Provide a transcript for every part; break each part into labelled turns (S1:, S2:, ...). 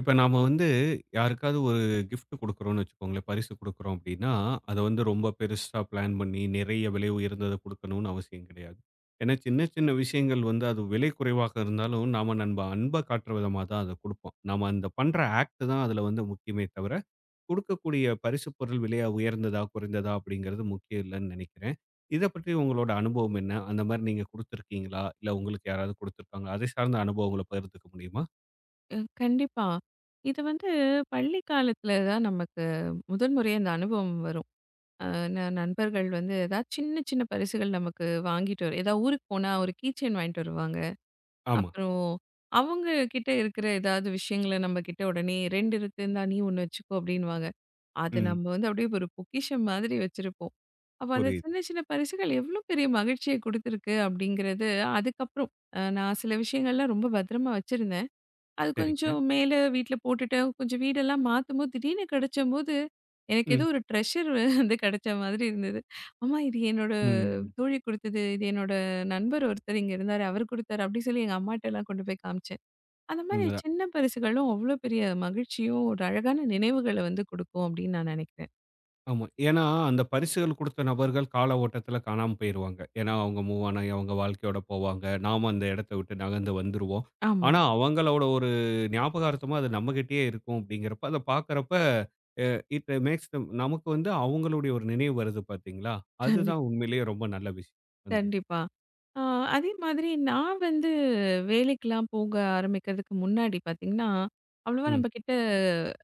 S1: இப்ப நாம வந்து யாருக்காவது ஒரு கிஃப்ட் குடுக்குறோம்னு வச்சுக்கோங்களேன், பரிசு குடுக்குறோம் அப்டின்னா, அத வந்து ரொம்ப பெருசா பிளான் பண்ணி நிறைய விலை உயர்ந்தத குடுக்கணும்னு அவசியம் கிடையாது. ஏன்னா சின்ன சின்ன விஷயங்கள் வந்து அது விலை குறைவாக இருந்தாலும், நாம நம்ப அன்ப காட்டுற விதமா தான் அத குடுப்போம். நாம அந்த பண்ற ஆக்ட் தான் அதுல வந்து முக்கியமே தவிர, குடுக்கக்கூடிய பரிசு பொருள் விலையா உயர்ந்ததா, குறைந்ததா அப்படிங்கிறது முக்கியம் இல்லன்னு நெனைக்கிறேன். இத பற்றி உங்களோட அனுபவம் என்ன? அந்த மாரி நீங்க குடுத்துருக்கீங்களா? இல்ல உங்களுக்கு யாராவது குடுத்துருக்காங்களா? அதை சார்ந்த அனுபவங்கள பகிர்ந்துக்க முடியுமா?
S2: கண்டிப்பா. இது வந்து பள்ளி காலத்துல தான் நமக்கு முதல் முறையா இந்த அனுபவம் வரும். அ ந நண்பர்கள் வந்து ஏதாவது சின்ன சின்ன பரிசுகள் நமக்கு வாங்கிட்டு ஏதாவது ஊருக்கு போனா ஒரு கீ செயின் வாங்கிட்டு வருவாங்க.
S1: ஆமா.
S2: அப்புறம் அவங்க கிட்ட இருக்கிற ஏதாவது விஷயங்கள நம்ம கிட்ட உடனே 2 இருந்தா நீ 1 வச்சுக்கோ அப்படின்னுவாங்க. அது
S1: ம்.
S2: நம்ம வந்து அப்படியே ஒரு பொக்கிஷம் மாதிரி வச்சிருப்போம். அப்ப அந்த
S1: புரியுது.
S2: சின்ன சின்ன பரிசுகள் எவ்வளோ பெரிய மகிழ்ச்சிய குடுத்துருக்கு அப்படிங்கிறது அதுக்கப்புறம். நான் சில விஷயங்கள்லாம் ரொம்ப பத்திரமா வச்சிருந்தேன். அது
S1: சரிங்க.
S2: கொஞ்சம் மேல வீட்ல போட்டுட்டு, கொஞ்சம் வீடெல்லாம் மாத்தும்போது, திடீர்னு கிடைச்சம்போது, எனக்கு
S1: ம்.
S2: ஏதோ ஒரு ட்ரெஷர் வந்து கிடைச்ச மாதிரி இருந்தது. "அம்மா இது என்னோட
S1: ம்.
S2: தோழி குடுத்தது. இது என்னோட நண்பர் ஒருத்தர் இங்க இருந்தாரு. அவரு குடுத்தாரு." அப்படி சொல்லி எங்க அம்மாட்டலாம் கொண்டு போய் காமிச்சேன். அந்த மாரி
S1: உண்மதான்.
S2: சின்ன பரிசுகளும் அவ்வளோ பெரிய மகிழ்ச்சியும், ஒரு அழகான நினைவுகள வந்து குடுக்கும் அப்படின்னு நான் நினைக்கிறேன்.
S1: ஆமா. ஏன்னா, அந்த பரிசுகள் குடுத்த நபர்கள் கால ஓட்டத்துல காணாம போயிருவாங்க. ஏன்னா, அவங்க மூவ் ஆனா அவங்க வாழ்க்கையோட போவாங்க. நாம அந்த இடத்த விட்டு நகர்ந்து வந்துருவோம்.
S2: ஆமா.
S1: ஆனா, அவங்களோட ஒரு ஞாபகார்த்தமா அது நம்மகிட்டயே இருக்கும் அப்படிங்கிறப்ப, அத பார்க்கறப்ப அ இட் மேக்ஸ் தெம் நமக்கு வந்து அவங்களுடைய ஒரு நினைவு வருது பார்த்தீங்களா?
S2: கண்டிப்
S1: அதுதான் உண்மையிலேயே ரொம்ப நல்ல விஷயம். அந்த
S2: கண்டிப்பா. ஆ அதே மாதிரி நான் வந்து வேலைக்கெல்லாம் போக ஆரம்பிக்கிறதுக்கு முன்னாடி பார்த்தீங்கன்னா, அவ்வளவா
S1: ம்.
S2: நம்ம கிட்ட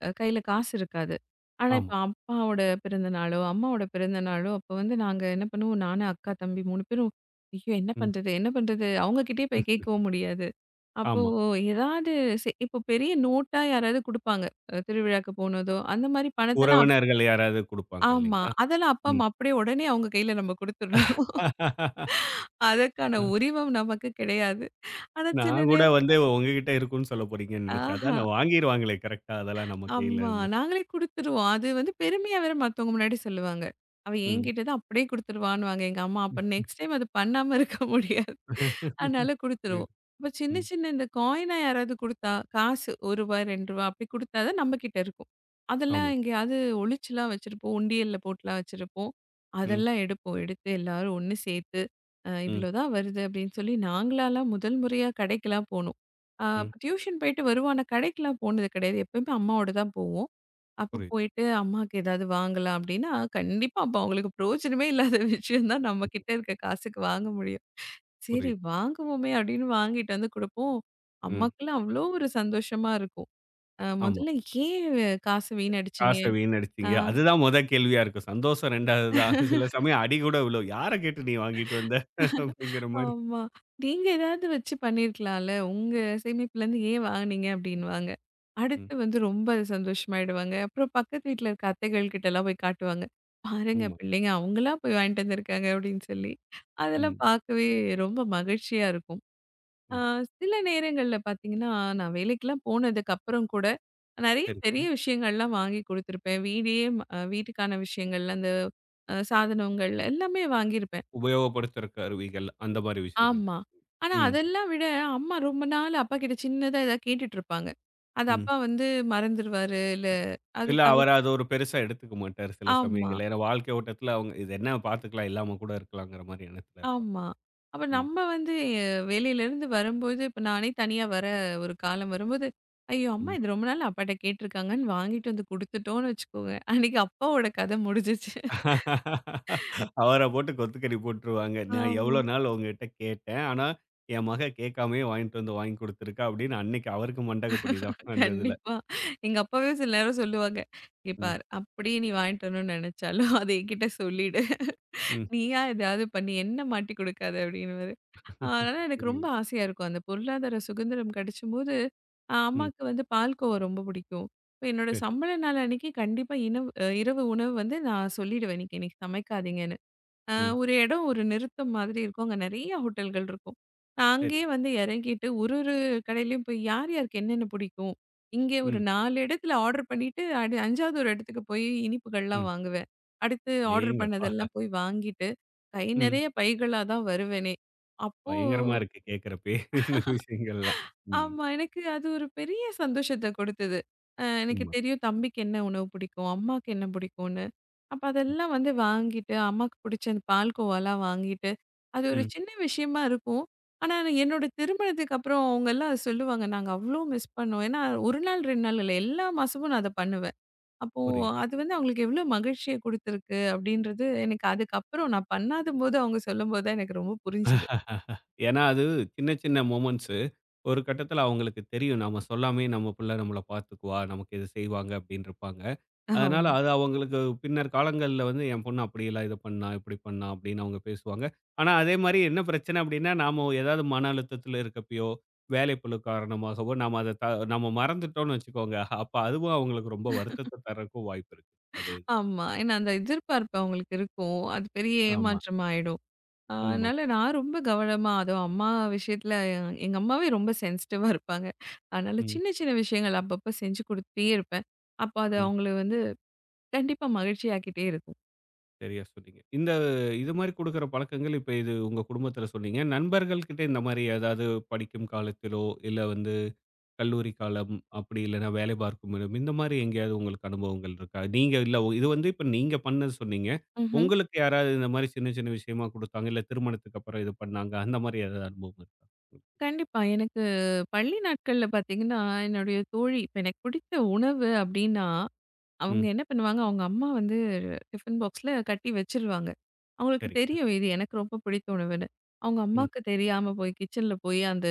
S2: கையில காசு இருக்காது. ஆனா,
S1: ஆமா.
S2: இப்ப அப்பாவோட பிறந்தநாளோ, அம்மாவோட பிறந்தநாளோ, அப்ப வந்து நாங்க என்ன பண்ணுவோம், நானு, அக்கா, தம்பி 3 பேரும், "ஐயோ! என்ன
S1: ம்.
S2: பண்றது? என்ன பண்றது?" அவங்க கிட்டயே போய்
S1: ம்.
S2: கேட்கவும் முடியாது. அப்போ
S1: ஆமா.
S2: ஏதாவது இப்போ பெரிய நோட்டா யாராவது குடுப்பாங்க. திருவிழாக்கு போனதோ, அந்த மாரி பணத்தெல்லாம்
S1: உறவினர்கள் யாராவது குடுப்பாங்க
S2: ஆமா.
S1: இல்லைங்களா?
S2: அதெல்லாம் அப்பா,
S1: ம்.
S2: அம்மா அப்படியே உடனே அவங்க கையில நம்ம குடுத்துடுறோம். அதற்கான உரிமம் நமக்கு கிடையாது. ஆனா, சில
S1: நான் கூட
S2: நேரம்
S1: வந்து உங்ககிட்ட இருக்கும்னு சொல்ல போறீங்கன்னு நினைச்சேன்.
S2: ஆஹா.
S1: அதான வாங்கிருவாங்களே கரெக்ட்டா அதெல்லாம் நம்ம கையில
S2: ஆமா.
S1: இருந்து.
S2: நாங்களே குடுத்துருவோம். அது வந்து பெருமையா வேற மத்தவங்க முன்னாடி சொல்லுவாங்க. அவ
S1: ம்.
S2: என்கிட்ட தான் அப்படியே குடுத்துருவான்னுவாங்க எங்க அம்மா. அப்ப நெக்ஸ்ட் டைம் அது பண்ணாம இருக்க முடியாது. அதனால குடுத்துருவோம்.
S1: புரியுது.
S2: இப்ப சின்ன
S1: ம்.
S2: சின்ன இந்த காயினா யாராவது குடுத்தா, காசு ரூ. 1 ரூ. 2 அப்படி குடுத்தா தான் நம்ம கிட்ட இருக்கும். அதெல்லாம்
S1: ஆமா.
S2: எங்கேயாவது ஒளிச்சுலாம் வச்சிருப்போம். உண்டியல்ல போட்டுலாம் வச்சிருப்போம்.
S1: ம்.
S2: அதெல்லாம் எடுப்போம். எடுத்து எல்லாரும் ஒண்ணு சேர்த்து,
S1: ம்.
S2: இவ்வளோதான் வருது அப்படின்னு சொல்லி நாங்களாலாம் முதல் முறையா கடைக்கெல்லாம் போனோம். ஆ
S1: ம்.
S2: டியூஷன் போயிட்டு வருவோம். ஆனா கடைக்கெல்லாம் போனது கிடையாது. எப்பயுமே அம்மாவோட தான் போவோம். அப்ப
S1: புரியுது.
S2: போயிட்டு அம்மாக்கு ஏதாவது வாங்கலாம் அப்படின்னா, கண்டிப்பா அப்ப அவங்களுக்கு பிரயோஜனமே இல்லாத விஷயம் தான் நம்ம
S1: ம்.
S2: கிட்ட இருக்க காசுக்கு வாங்க முடியும். சரி
S1: புரியுது.
S2: வாங்குவோமே அப்படின்னு வாங்கிட்டு வந்து குடுப்போம்.
S1: ம்.
S2: அம்மாக்கெல்லாம் அவ்வளோ ஒரு சந்தோஷமா இருக்கும்.
S1: ஆமா.
S2: முதல்ல ஏன் காசு வீணடிச்சீங்க?
S1: காச
S2: ஆ.
S1: வீணடிச்சீங்க. அதுதான் மொத கேள்வியா இருக்கும். சந்தோஷம் 2வது தான். சில சமயம் அடி கூட விழும். "யார கேட்டு நீ வாங்கிட்டு வந்த?" அப்படிங்கிற மாரி.
S2: ஆமா. நீங்க ஏதாவது வச்சு பண்ணியிருக்கலாம்ல. உங்க சேமிப்புலேருந்து ஏன் வாங்குனீங்க அப்டின்னுவாங்க.
S1: ம்.
S2: அடுத்து வந்து ரொம்ப சந்தோஷமாயிடுவாங்க. அப்புறம் பக்கத்து வீட்ல இருக்க அத்தைகள் கிட்டலாம் போய் காட்டுவாங்க. பாருங்க
S1: உண்ம.
S2: பிள்ளைங்க அவங்களா போய் வாங்கிட்டு வந்திருக்காங்க அப்டின்னு சொல்லி, அதெல்லாம்
S1: ம்.
S2: பார்க்கவே ரொம்ப மகிழ்ச்சியா இருக்கும். ஆ
S1: ம்.
S2: சில நேரங்கள்ல பார்த்தீங்கன்னா, நான் வேலைக்கெல்லாம் போனதுக்கப்புறம் கூட நெறைய
S1: சரிங்க.
S2: பெரிய விஷயங்கள்லாம் வாங்கி குடுத்துருப்பேன். வீடே வீட்டுக்கான விஷயங்கள் அந்த சாதனங்கள் எல்லாமே வாங்கியிருப்பேன்.
S1: உபயோகப்படுத்துறக்கு அருவிகள் அந்த மாரி விஷயங்கள்.
S2: ஆமா. ஆனா
S1: ம்.
S2: அதெல்லாம் விட அம்மா ரொம்ப நாள் அப்பா கிட்ட சின்னதா ஏதாவது கேட்டுட்டு இருப்பாங்க. அது
S1: ம்.
S2: அப்பா வந்து மறந்துருவாரு. இல்ல அது
S1: இல்ல,
S2: தவிர
S1: அவரு அது ஒரு பெருசா எடுத்துக்க மாட்டாரு சில
S2: ஆமா,
S1: சமயங்கள்ல. ஏன்னா வாழ்க்கை ஓட்டத்துல அவங்க இது என்ன பார்த்துக்கலாம், இல்லாம கூட இருக்கலாங்கிற மாரி எண்ணத்துல இருப்பாங்க.
S2: ஆமா. அப்ப
S1: ம்,
S2: நம்ம வந்து வெளியிலேருந்து வரும்போது இப்ப நானே தனியா வர ஒரு காலம் வரும்போது, ஐயோ! அம்மா
S1: ம்.
S2: இது ரொம்ப நாள் அப்பாட்ட கேட்டுருக்காங்கன்னு வாங்கிட்டு வந்து குடுத்துட்டோம்னு வச்சுக்கோங்க. அன்னைக்கு அப்பாவோட கதை முடிஞ்சிச்சு.
S1: அவர போட்டு கொத்துக்கடி போட்டுருவாங்க. நான் எவ்ளோ
S2: ஆமா.
S1: நாள் உங்ககிட்ட கேட்டேன். ஆனா, என் மக கேட்காமயே வாங்கிட்டு வந்து வாங்கி குடுத்துருக்கா அப்படின்னு அன்னைக்கு அவருக்கு மண்டகப்படி தான் அந்த இதுல.
S2: கண்டிப்பா. எங்க அப்பாவே சில நேரம் சொல்லுவாங்க, "இங்க
S1: ம்,
S2: பாரு அப்படியே நீ வாங்கிட்டு வரணும்னு நெனச்சாலும், அத என்கிட்ட சொல்லிடு."
S1: ம்.
S2: நீயா ஏதாவது பண்ணி என்ன மாட்டி குடுக்காத அப்படின்னுவாரு. அதனால எனக்கு ரொம்ப
S1: புரியுது.
S2: ஆசையா இருக்கும். அந்த பொருளாதார சுதந்திரம் கிடைச்சம்போது,
S1: ம்.
S2: அம்மாக்கு வந்து பால்கோவா ரொம்ப பிடிக்கும். இப்ப என்னோட
S1: சரி.
S2: சம்பள நாள் அன்னைக்கு கண்டிப்பா இனவு இரவு உணவு வந்து நான் சொல்லிடுவேன். இன்னைக்கு எனக்கு சமைக்காதீங்க.
S1: ம்.
S2: ஒரு இடம் ஒரு நிறுத்தம் மாதிரி இருக்கும். அங்க நெறைய ஹோட்டல்கள் இருக்கும். நான்
S1: சரி.
S2: அங்கேயே வந்து இறங்கிட்டு ஒரு ஒரு கடையிலயும் போய் யார் யாருக்கு என்னென்ன பிடிக்கும்? இங்கே ஒரு
S1: ம்,
S2: 4 இடத்துல ஆர்டர் பண்ணிட்டு, 5வது ஒரு இடத்துக்கு போய் இனிப்புகள்லாம்
S1: ம்.
S2: வாங்குவேன். அடுத்து ஆர்டர்
S1: அடேங்கப்பா!
S2: பண்ணதெல்லாம் போய் வாங்கிட்டு, கை
S1: ம்.
S2: நெறைய பைகளா தான் வருவேனே! அப்போ
S1: பயங்கரமா இருக்கு கேட்கறப்பயே இந்த விஷயங்கள்லாம். ம்.
S2: ஆமா. எனக்கு அது ஒரு பெரிய சந்தோஷத்த கொடுத்தது. எனக்கு
S1: உண்ம.
S2: தெரியும் தம்பிக்கு என்ன உணவு பிடிக்கும், அம்மாக்கு என்ன பிடிக்கும்னு. அப்ப
S1: ம்.
S2: அதெல்லாம் வந்து வாங்கிட்டு, அம்மாக்கு பிடிச்ச அந்த பால்கோவாலாம் வாங்கிட்டு, அது ஒரு
S1: ம்.
S2: சின்ன விஷயமா இருக்கும். ஆனா, நான் என்னோட திருமணத்துக்கு அப்புறம் அவங்கலாம் அத சொல்லுவாங்க. நாங்க அவ்ளோ மிஸ் பண்ணோம். ஏன்னா, 1 நாள் 2 நாள் இல்ல. எல்லா மாசமும் நான் அத பண்ணுவேன். அப்போ
S1: புரியுது.
S2: அது வந்து அவங்களுக்கு எவ்ளோ மகிழ்ச்சிய குடுத்துருக்கு அப்படின்றது எனக்கு அதுக்கப்புறம் நான் பண்ணாதபோது அவங்க சொல்லும்போது தான் எனக்கு ரொம்ப புரிஞ்சுது.
S1: ஏன்னா, அது சின்ன சின்ன மொமெண்ட்ஸு. ஒரு கட்டத்தில அவங்களுக்கு தெரியும். நம்ம சொல்லாமயே நம்ம பிள்ள நம்மள பார்த்துக்குவா, நமக்கு இது செய்வாங்க அப்படின்னு இருப்பாங்க. அதனால
S2: ஆமா.
S1: அது அவங்களுக்கு பின்னர் காலங்கள்ல வந்து என் பொண்ணு அப்படியெல்லாம் இத பண்ணா, இப்படி பண்ணா அப்படின்னு அவங்க பேசுவாங்க. ஆனா, அதே மாரி என்ன பிரச்சனை அப்படின்னா, நாம ஏதாவது மன அழுத்தத்தில இருக்கப்பயோ, வேலைப்பளு காரணமாகவோ நாம அத த நம்ம மறந்துட்டோம்னு வச்சுக்கோங்க, அப்ப அதுவும் அவங்களுக்கு ரொம்ப வருத்தத்த தர்றதுக்கும் வாய்ப்பு இருக்கு. அதே இதுல.
S2: ஆமா. ஏன்னா அந்த எதிர்பார்ப்பு அவங்களுக்கு இருக்கும். அது பெரிய
S1: ஆமா.
S2: ஏமாற்றமா ஆயிடும். அதனால
S1: உண்மதான்.
S2: நான் ரொம்ப கவனமா அதுவும் அம்மா விஷயத்துல எங்க அம்மாவே ரொம்ப சென்சிட்டிவா இருப்பாங்க. அதனால
S1: ம்.
S2: சின்ன சின்ன விஷயங்கள் அப்பப்ப செஞ்சு குடுத்துட்டே இருப்பேன். அப்போ அது
S1: ம்.
S2: அவங்கள வந்து கண்டிப்பா மகிழ்ச்சியாக்கிட்டே இருக்கும்.
S1: சரியா சொன்னீங்க. இந்த இது மாரி குடுக்குற பழக்கங்கள் இப்ப இது உங்க குடும்பத்தில சொன்னீங்க. நண்பர்கள் கிட்ட இந்த மாரி ஏதாவது படிக்கும் காலத்திலோ, இல்ல வந்து கல்லூரி காலம், அப்படி இல்லன்னா வேலை பார்க்கும் இடம், இந்த மாரி எங்கேயாவது உங்களுக்கு அனுபவங்கள் இருக்கா? நீங்க இல்ல இது வந்து இப்ப நீங்க பண்ணது சொன்னீங்க.
S2: ம்ஹ்ம்.
S1: உங்களுக்கு யாராவது இந்த மாரி சின்ன சின்ன விஷயமா குடுத்தாங்க, இல்ல திருமணத்துக்கு அப்புறம் இது பண்ணாங்க, அந்த மாரி ஏதாவது அனுபவம் இருக்கா?
S2: கண்டிப்பா. எனக்கு பள்ளி நாட்கள்ல பார்த்தீங்கன்னா, என்னுடைய தோழி இப்ப எனக்கு பிடித்த உணவு அப்டின்னா அவங்க
S1: ம்.
S2: என்ன பண்ணுவாங்க, அவங்க அம்மா வந்து டிஃபன் பாக்ஸ்ல கட்டி வச்சுருவாங்க. அவங்களுக்கு
S1: சரிங்க.
S2: தெரியும் இது எனக்கு ரொம்ப பிடித்த உணவுன்னு. அவங்க
S1: ம்.
S2: அம்மாக்கு தெரியாம போய் கிச்சன்ல போய் அந்த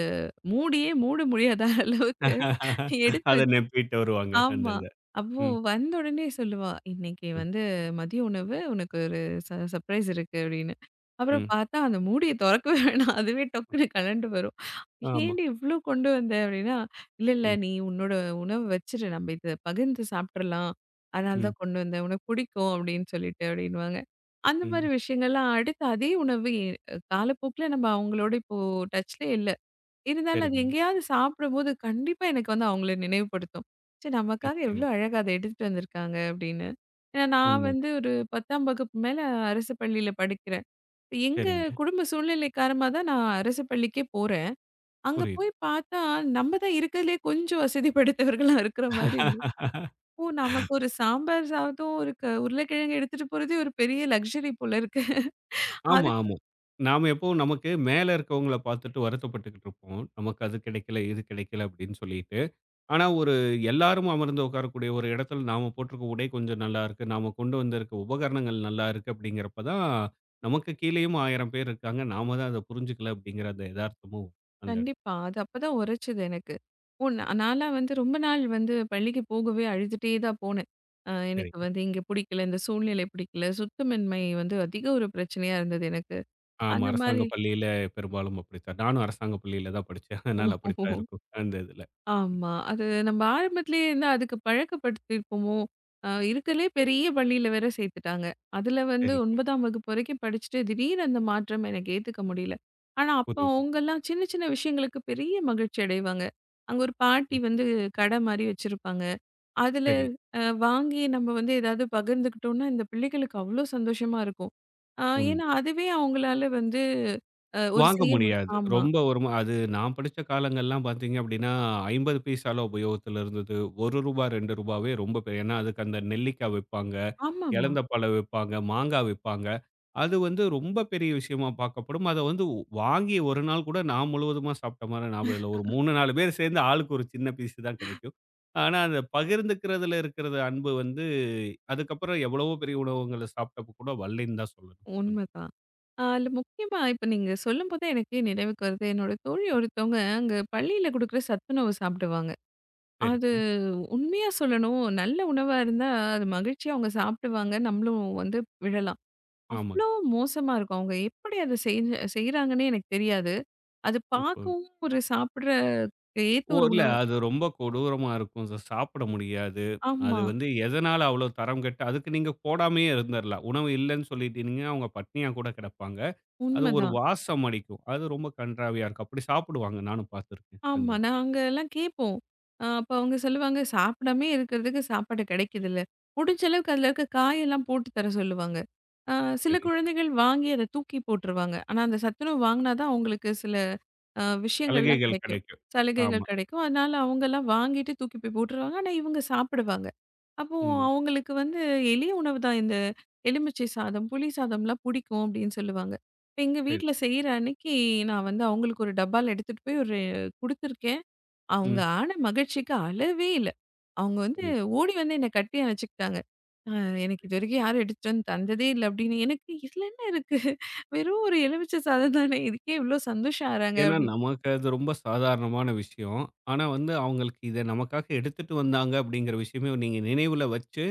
S2: மூடியே மூட முடியாத அளவுக்கு எடுத்து
S1: அத நம்பிட்டு வருவாங்க. அந்த
S2: ஆமா.
S1: இத.
S2: அப்போ
S1: ம்.
S2: வந்த உடனே சொல்லுவா, "இன்னைக்கு
S1: ம்.
S2: வந்து மதிய உணவு உனக்கு ஒரு சர்ப்ரைஸ் இருக்கு" அப்படின்னு. அப்புறம்
S1: ம்.
S2: பார்த்தா அந்த மூடிய தொறக்கவே வேணாம். அதுவே டொக்குன்னு கழண்டு வரும்.
S1: ஆமா.
S2: "ஏன்டி இவ்ளோ கொண்டு வந்த?" அப்படின்னா, "இல்ல, இல்ல
S1: ம்.
S2: நீ உன்னோட உணவு வச்சுரு. நம்ம இத பகிர்ந்து சாப்பிட்றலாம். அதனால
S1: ம்.
S2: தான் கொண்டு வந்தேன். உனக்கு பிடிக்கும்" அப்படின்னு சொல்லிட்டு அப்படின்னுவாங்க. அந்த மாரி
S1: ம்.
S2: விஷயங்கள்லாம் அடுத்து அதே உணவு காலப்போக்குல நம்ம அவங்களோட இப்போ டச்ல இல்ல. இருந்தாலும் அது
S1: சரிங்க.
S2: எங்கேயாவது சாப்பிடும்போது கண்டிப்பா எனக்கு வந்து அவங்கள நினைவுபடுத்தும். ச்சே! நமக்காக
S1: நிச்சயமா.
S2: எவ்ளோ அழகா அத எடுத்துட்டு வந்திருக்காங்க அப்படின்னு. ஏன்னா நான் வந்து
S1: உண்மைதான்.
S2: ஒரு 10ஆம் வகுப்பு மேல அரசு பள்ளியில படிக்கிறேன். இப்ப எங்க
S1: சரிங்க.
S2: குடும்ப சூழ்நிலை காரணமா தான் நான் அரசு பள்ளிக்கே போறேன். அங்க
S1: புரியுது.
S2: போய் பார்த்தா நம்ம தான் இருக்கிறதுலயே கொஞ்சம் வசதி படைத்தவர்களா இருக்கிற மாதிரி இருந்தது. ஓ! நமக்கு ஒரு சாம்பார் சாதம், ஒரு உருளைக்கிழங்கு எடுத்துட்டு போறதே ஒரு பெரிய லக்ஸரி போல இருக்கு.
S1: ஆமா,
S2: அது
S1: ஆமா. நாம எப்பவும் நமக்கு மேல இருக்கவங்கள பார்த்துட்டு வருத்தப்பட்டுக்கிட்டு இருப்போம். நமக்கு அது கிடைக்கல, இது கிடைக்கல அப்படின்னு சொல்லிட்டு. ஆனா ஒரு எல்லாரும் அமர்ந்து உட்காரக்கூடிய ஒரு இடத்துல நாம போட்டிருக்க உடை கொஞ்சம் நல்லா இருக்கு. நாம கொண்டு வந்திருக்க உபகரணங்கள் நல்லா இருக்கு அப்படிங்கிறப்ப தான், நமக்கு கீழேயும் 1000 பேர் இருக்காங்க. நாம தான் அத புரிஞ்சுக்கல அப்படிங்கிற அந்த எதார்த்தமும் அந்த இடத்துல
S2: கண்டிப்பா. அது அப்பதான் உரைச்சது எனக்கு. ஓ! நான்லாம் வந்து ரொம்ப நாள் வந்து பள்ளிக்கு போகவே அழுதுட்டே தான் போனேன். எனக்கு
S1: தெரியும்.
S2: வந்து இங்க பிடிக்கல, இந்த சூழ்நிலை பிடிக்கல, சுத்தமின்மை வந்து அதிக ஒரு பிரச்சனையா இருந்தது எனக்கு.
S1: ஆமா,
S2: அந்த
S1: அரசாங்க
S2: மாரி
S1: பள்ளியில பெரும்பாலும் அப்படித்தான். நானும் அரசாங்க பள்ளியில தான் படிச்சேன்.
S2: ஓ!
S1: அதனால அப்படித்தான் இருக்கும். அந்த இதுல.
S2: ஆமா. அது நம்ம ஆரம்பத்திலேயே இருந்தா அதுக்கு பழக்கப்படுத்தியிருப்போமோ! இருக்கறதுலே பெரிய பள்ளியில வேற சேர்த்துட்டாங்க. அதில வந்து
S1: சரி, சரி.
S2: 9ஆம் வகுப்பு வரைக்கும் படிச்சுட்டு திடீர்னு அந்த மாற்றம் எனக்கு ஏத்துக்க முடியல. ஆனா, அப்போ
S1: புரியுது.
S2: அவங்கலாம் சின்ன சின்ன விஷயங்களுக்கு பெரிய மகிழ்ச்சி அடைவாங்க. அங்க ஒரு பாட்டி
S1: ம்.
S2: வந்து கடை மாரி வச்சிருப்பாங்க. அதில
S1: சரி.
S2: வாங்கி நம்ம வந்து ஏதாவது பகிர்ந்துக்கிட்டோம்னா, இந்த பிள்ளைகளுக்கு அவ்ளோ சந்தோஷமா இருக்கும். அ
S1: உண்ம.
S2: ஏன்னா அதுவே அவங்களால வந்து ஒரு
S1: வாங்க
S2: செய்ய
S1: முடியாது.
S2: ஆமா.
S1: ரொம்ப ஒரு அது நான் படிச்ச காலங்கள்லாம் பார்த்தீங்க அப்படின்னா, 50 பைசாலாம் உபயோகத்துல இருந்தது. ரூ. 1 ரூ. 2வே ரொம்ப பெ ஏன்னா அதுக்கு அந்த நெல்லிக்கா விப்பாங்க,
S2: ஆமாமா.
S1: எலந்த பழம் விப்பாங்க, மாங்கா விப்பாங்க. அது வந்து ரொம்ப பெரிய விஷயமா பார்க்கப்படும். அத வந்து வாங்கி ஒரு நாள் கூட நான் முழுவதுமா சாப்பிட்ட மாரி ஞாபகம் இல்ல. ஒரு 3, 4 பேர் சேர்ந்து ஆளுக்கு ஒரு சின்ன பீஸ் தான் கிடைக்கும். ஆனா, அந்த பகிர்ந்துக்கிறதுல இருக்கிற அன்பு வந்து அதுக்கப்புறம் எவ்வளவோ பெரிய உணவகங்கள்ல சாப்பிட்டப்ப கூட வரலைன்னு தான் சொல்லணும். வந்து
S2: உண்மதான். அதுல முக்கியமா இப்ப நீங்க சொல்லும்போதே எனக்கே நினைவுக்கு வருது. என்னோட தோழி ஒருத்தவங்க அங்க பள்ளியில குடுக்குற சத்துணவு சாப்பிடுவாங்க. அது
S1: சரிங்க.
S2: உண்மையா சொல்லணும், நல்ல உணவா இருந்தா அது மகிழ்ச்சியா அவங்க சாப்பிடுவாங்க. நம்மளும் வந்து விழலாம். அவ்ளோ மோசமா இருக்கும். அவங்க எப்படி அத செய்றாங்கன்னே எனக்கு தெரியாது. அது
S1: ஆமாங்க.
S2: பார்க்கவும் ஒரு சாப்பிடுற ஏத்த
S1: ஓ!
S2: ஒரு
S1: இல்ல.
S2: உணவு.
S1: அது ரொம்ப கொடூரமா இருக்கும். சாப்பிட முடியாது. அது
S2: ஆமா,
S1: வந்து எதனால அவ்ளோ தரம் கெட்டு அதுக்கு நீங்க போடாமயே இருந்துரலாம். உணவு இல்லன்னு சொல்லிட்டீங்கன்னா, அவங்க பட்னியா கூட கிடப்பாங்க. அது ஒரு
S2: உண்மதான்.
S1: வாசம் அடிக்கும். அது ரொம்ப கண்றாவியா இருக்கும். அப்படி சாப்பிடுவாங்க. நானும் பார்த்துருக்கேன். அந்த
S2: ஆமா.
S1: இது.
S2: நாங்கலாம் கேட்போம். அப்ப அவங்க சொல்லுவாங்க, "சாப்பிடாமே இருக்கிறதுக்கு சாப்பாடு கிடைக்குதுல்ல." முடிஞ்ச அளவுக்கு அதில இருக்க காயெல்லாம் போட்டு தர சொல்லுவாங்க. அ சில
S1: சரி.
S2: குழந்தைகள் வாங்கி அத தூக்கி போட்டுருவாங்க. ஆனா அந்த சத்துணவு வாங்குனா தான் அவங்களுக்கு சில விஷயங்கள்லாம்
S1: சலுகைகள்
S2: கிடைக்கும்.
S1: கிடைக்கும். ஆமா.
S2: சலுகைகள் கிடைக்கும். அதனால அவங்கலாம் வாங்கிட்டு தூக்கி போய் போட்டுருவாங்க. ஆனா, இவங்க சாப்பிடுவாங்க. அப்போ
S1: உண்ம.
S2: அவங்களுக்கு வந்து எளிய உணவு தான் இந்த எலுமிச்சை சாதம், புளி சாதம்லாம் பிடிக்கும் அப்டின்னு சொல்லுவாங்க. இப்ப எங்க
S1: சரி.
S2: வீட்ல செய்ற அன்னைக்கு நான் வந்து அவங்களுக்கு ஒரு டப்பால எடுத்துட்டு போய் ஒரு குடுத்துருக்கேன். அவங்க
S1: ம்.
S2: ஆன மகிழ்ச்சிக்கு அளவே இல்ல. அவங்க வந்து
S1: புரியுது,
S2: ஓடி வந்து என்ன கட்டி அணைச்சுக்கிட்டாங்க. "அ எனக்கு
S1: புரியுது.
S2: இதுவரைக்கும் யாரும் எடுத்துட்டு வந்து தந்ததே இல்ல" அப்டின்னு. எனக்கு "இதுல என்ன இருக்கு? வெறும் ஒரு எலுமிச்சை சாதம் தானே. இதுக்கே இவ்ளோ சந்தோஷம் ஆறாங்க"
S1: ஏன்னா
S2: அப்டின்னு.
S1: நமக்கு அது ரொம்ப சாதாரணமான விஷயம். ஆனா வந்து அவங்களுக்கு இத நமக்காக எடுத்துட்டு வந்தாங்க அப்படிங்கிற விஷயமே நீங்க நினைவுல வச்சு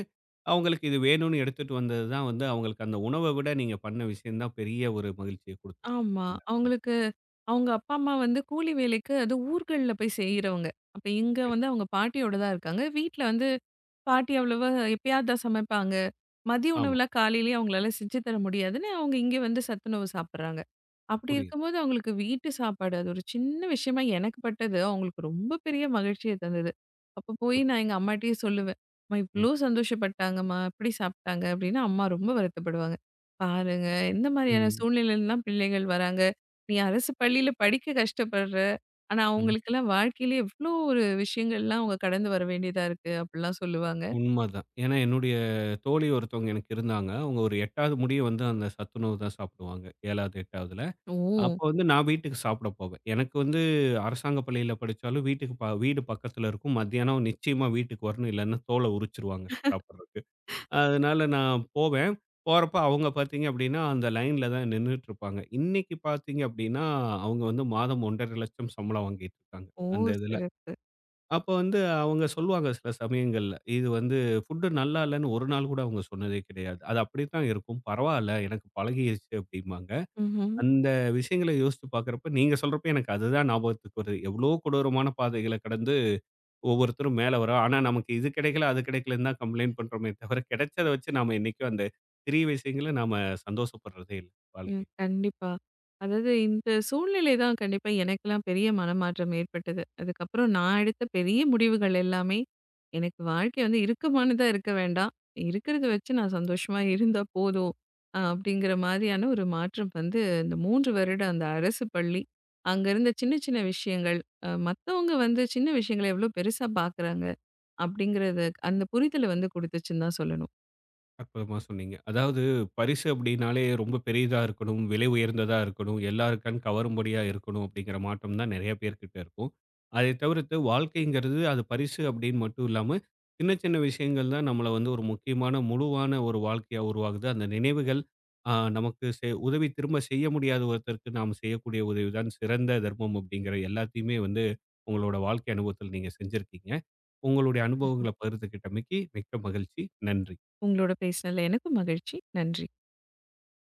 S1: அவங்களுக்கு இது வேணும்னு எடுத்துட்டு வந்தது தான் வந்து அவங்களுக்கு அந்த உணவ விட நீங்க பண்ண விஷயம் தான் பெரிய ஒரு மகிழ்ச்சிய குடுத்துருக்கும்.
S2: ஆமா.
S1: இந்த இடத்துல.
S2: அவங்களுக்கு அவங்க அப்பா, அம்மா வந்து கூலி வேலைக்கு அது ஊர்கள்ல போய் செய்றவங்க. அப்ப இங்க
S1: சரி.
S2: வந்து அவங்க பாட்டியோட தான் இருக்காங்க. வீட்ல வந்து பாட்டி அவ்வளவா எப்பயாவது தான் சமைப்பாங்க. மதிய
S1: ஆமா.
S2: உணவுலாம் காலையிலயே அவங்களால செஞ்சு தர முடியாதுன்னு, அவங்க இங்க வந்து சத்துணவு சாப்பிடுறாங்க. அப்படி
S1: புரியுது.
S2: இருக்கும்போது அவங்களுக்கு வீட்டு சாப்பாடு அது ஒரு சின்ன விஷயமா எனக்கு பட்டது, அவங்களுக்கு ரொம்ப பெரிய மகிழ்ச்சிய தந்தது. அப்ப போய்
S1: புரியுது.
S2: நான் எங்க அம்மாட்டயே சொல்லுவேன். "அம்மா
S1: ம்.
S2: இவ்ளோ சந்தோஷப்பட்டாங்கம்மா, இப்படி சாப்பிட்டாங்க" அப்படின்னு அம்மா ரொம்ப வருத்தப்படுவாங்க. பாருங்க. எந்த மாதிரியான
S1: ம்.
S2: சூழ்நிலையிலலாம் பிள்ளைகள் வராங்க. நீ அரசு பள்ளியில படிக்க கஷ்டப்படுற. ஆனா,
S1: ம்.
S2: அவங்களுக்கெல்லாம் வாழ்க்கையில எவ்ளோ ஒரு விஷயங்கள்லாம் அவங்க கடந்து வர வேண்டியதா இருக்கு. அப்டிலாம் சொல்லுவாங்க.
S1: உண்மதான். ஏன்னா என்னுடைய தோழி ஒருத்தவங்க எனக்கு இருந்தாங்க. அவங்க ஒரு 8வது முடிய வந்து அந்த சத்துணவு தான் சாப்பிடுவாங்க. 7வது, 8வதுல.
S2: ஓ!
S1: அப்போ வந்து நான் வீட்டுக்கு சாப்பிட போவேன். எனக்கு வந்து அரசாங்க பள்ளியில படிச்சாலும் வீட்டுக்கு வீடு பக்கத்துல இருக்கும். மத்தியானம் நிச்சயமா வீட்டுக்கு வரணும். இல்லன்னா தோல உரிச்சுருவாங்க சாப்பிடுறதுக்கு. அதனால நான் போவேன். போறப்ப அவங்க பார்த்தீங்க அப்படின்னா, அந்த லைன்ல தான் நின்னுட்டுருப்பாங்க. இன்னைக்கு பார்த்தீங்க அப்படின்னா, அவங்க வந்து மாதம் 1,50,000 சம்பளம் வாங்கிட்டு இருக்காங்க,
S2: ஓ!
S1: அந்த இதுல.
S2: சிறப்பு.
S1: அப்ப வந்து அவங்க சொல்லுவாங்க சில சமயங்கள்ல, "இது வந்து ஃபுட் நல்லா இல்லன்னு ஒரு நாள் கூட அவங்க சொன்னதே கிடையாது. அது அப்படித்தான் இருக்கும். பரவால்ல எனக்கு பழகிருச்சு" அப்படிம்பாங்க.
S2: ம்ஹ்ம்.
S1: அந்த விஷயங்கள யோசிச்சு பார்க்கிறப்ப, நீங்க சொல்றப்ப எனக்கு அதுதான் ஞாபகத்துக்கு வருது. எவ்வளோ கொடூரமான பாதைகள கடந்து ஒவ்வொருத்தரும் மேல வரோம். ஆனா, நமக்கு இது கிடைக்கல, அது கிடைக்கலன்னு தான் கம்ப்ளைண்ட் பண்றோமே தவிர, கிடைச்சத வச்சு நாம என்னைக்கும் அந்த சிறிய விஷயங்கள நாம சந்தோஷப்படுறதே இல்ல
S2: ம்.
S1: வாழ்க்கையில.
S2: கண்டிப்பா. அதாவது இந்த சூழ்நிலை தான் கண்டிப்பா எனக்கெல்லாம் பெரிய மனமாற்றம் ஏற்பட்டது. அதுக்கப்புறம் நான் எடுத்த பெரிய முடிவுகள் எல்லாமே, எனக்கு வாழ்க்கை வந்து இறுக்கமானதா இருக்க வேண்டாம். இருக்கிறத வச்சு நான் சந்தோஷமா இருந்தா போதும். அப்படிங்கிற மாதிரியான ஒரு மாற்றம் வந்து இந்த 3 வருடம் அந்த அரசு பள்ளி. அங்க இருந்த சின்ன சின்ன விஷயங்கள், மத்தவங்க வந்து சின்ன விஷயங்கள எவ்வளோ பெருசா பார்க்குறாங்க. அப்படிங்கிறது அந்த புரிதல வந்து குடுத்துச்சுன்னு தான் சொல்லணும்.
S1: அற்புதமா சொன்னீங்க. அதாவது பரிசு அப்படின்னாலே ரொம்ப பெரியதா இருக்கணும், விலை உயர்ந்ததா இருக்கணும், எல்லார் கண் கவரும்படியா இருக்கணும் அப்படிங்கிற மாற்றம் தான் நெறைய பேர்கிட்ட இருக்கும். அதை தவிர்த்து வாழ்க்கைங்கிறது அது பரிசு அப்படின்னு மட்டும் இல்லாம, சின்ன சின்ன விஷயங்கள் தான் நம்மள வந்து ஒரு முக்கியமான முழுவான ஒரு வாழ்க்கையா உருவாகுது. அந்த நினைவுகள் நமக்கு உதவி திரும்ப செய்ய முடியாத ஒருத்தருக்கு நாம் செய்யக்கூடிய உதவி தான் சிறந்த தர்மம் அப்படிங்கிற எல்லாத்தையுமே வந்து உங்களோட வாழ்க்கை அனுபவத்தில் நீங்க செஞ்சிருக்கீங்க. உங்களுடைய அனுபவங்கள பகிர்ந்துக்கிட்டமைக்கு மிக்க மகிழ்ச்சி. நன்றி.
S2: உங்களோட பேசினதுல எனக்கும் மகிழ்ச்சி. நன்றி.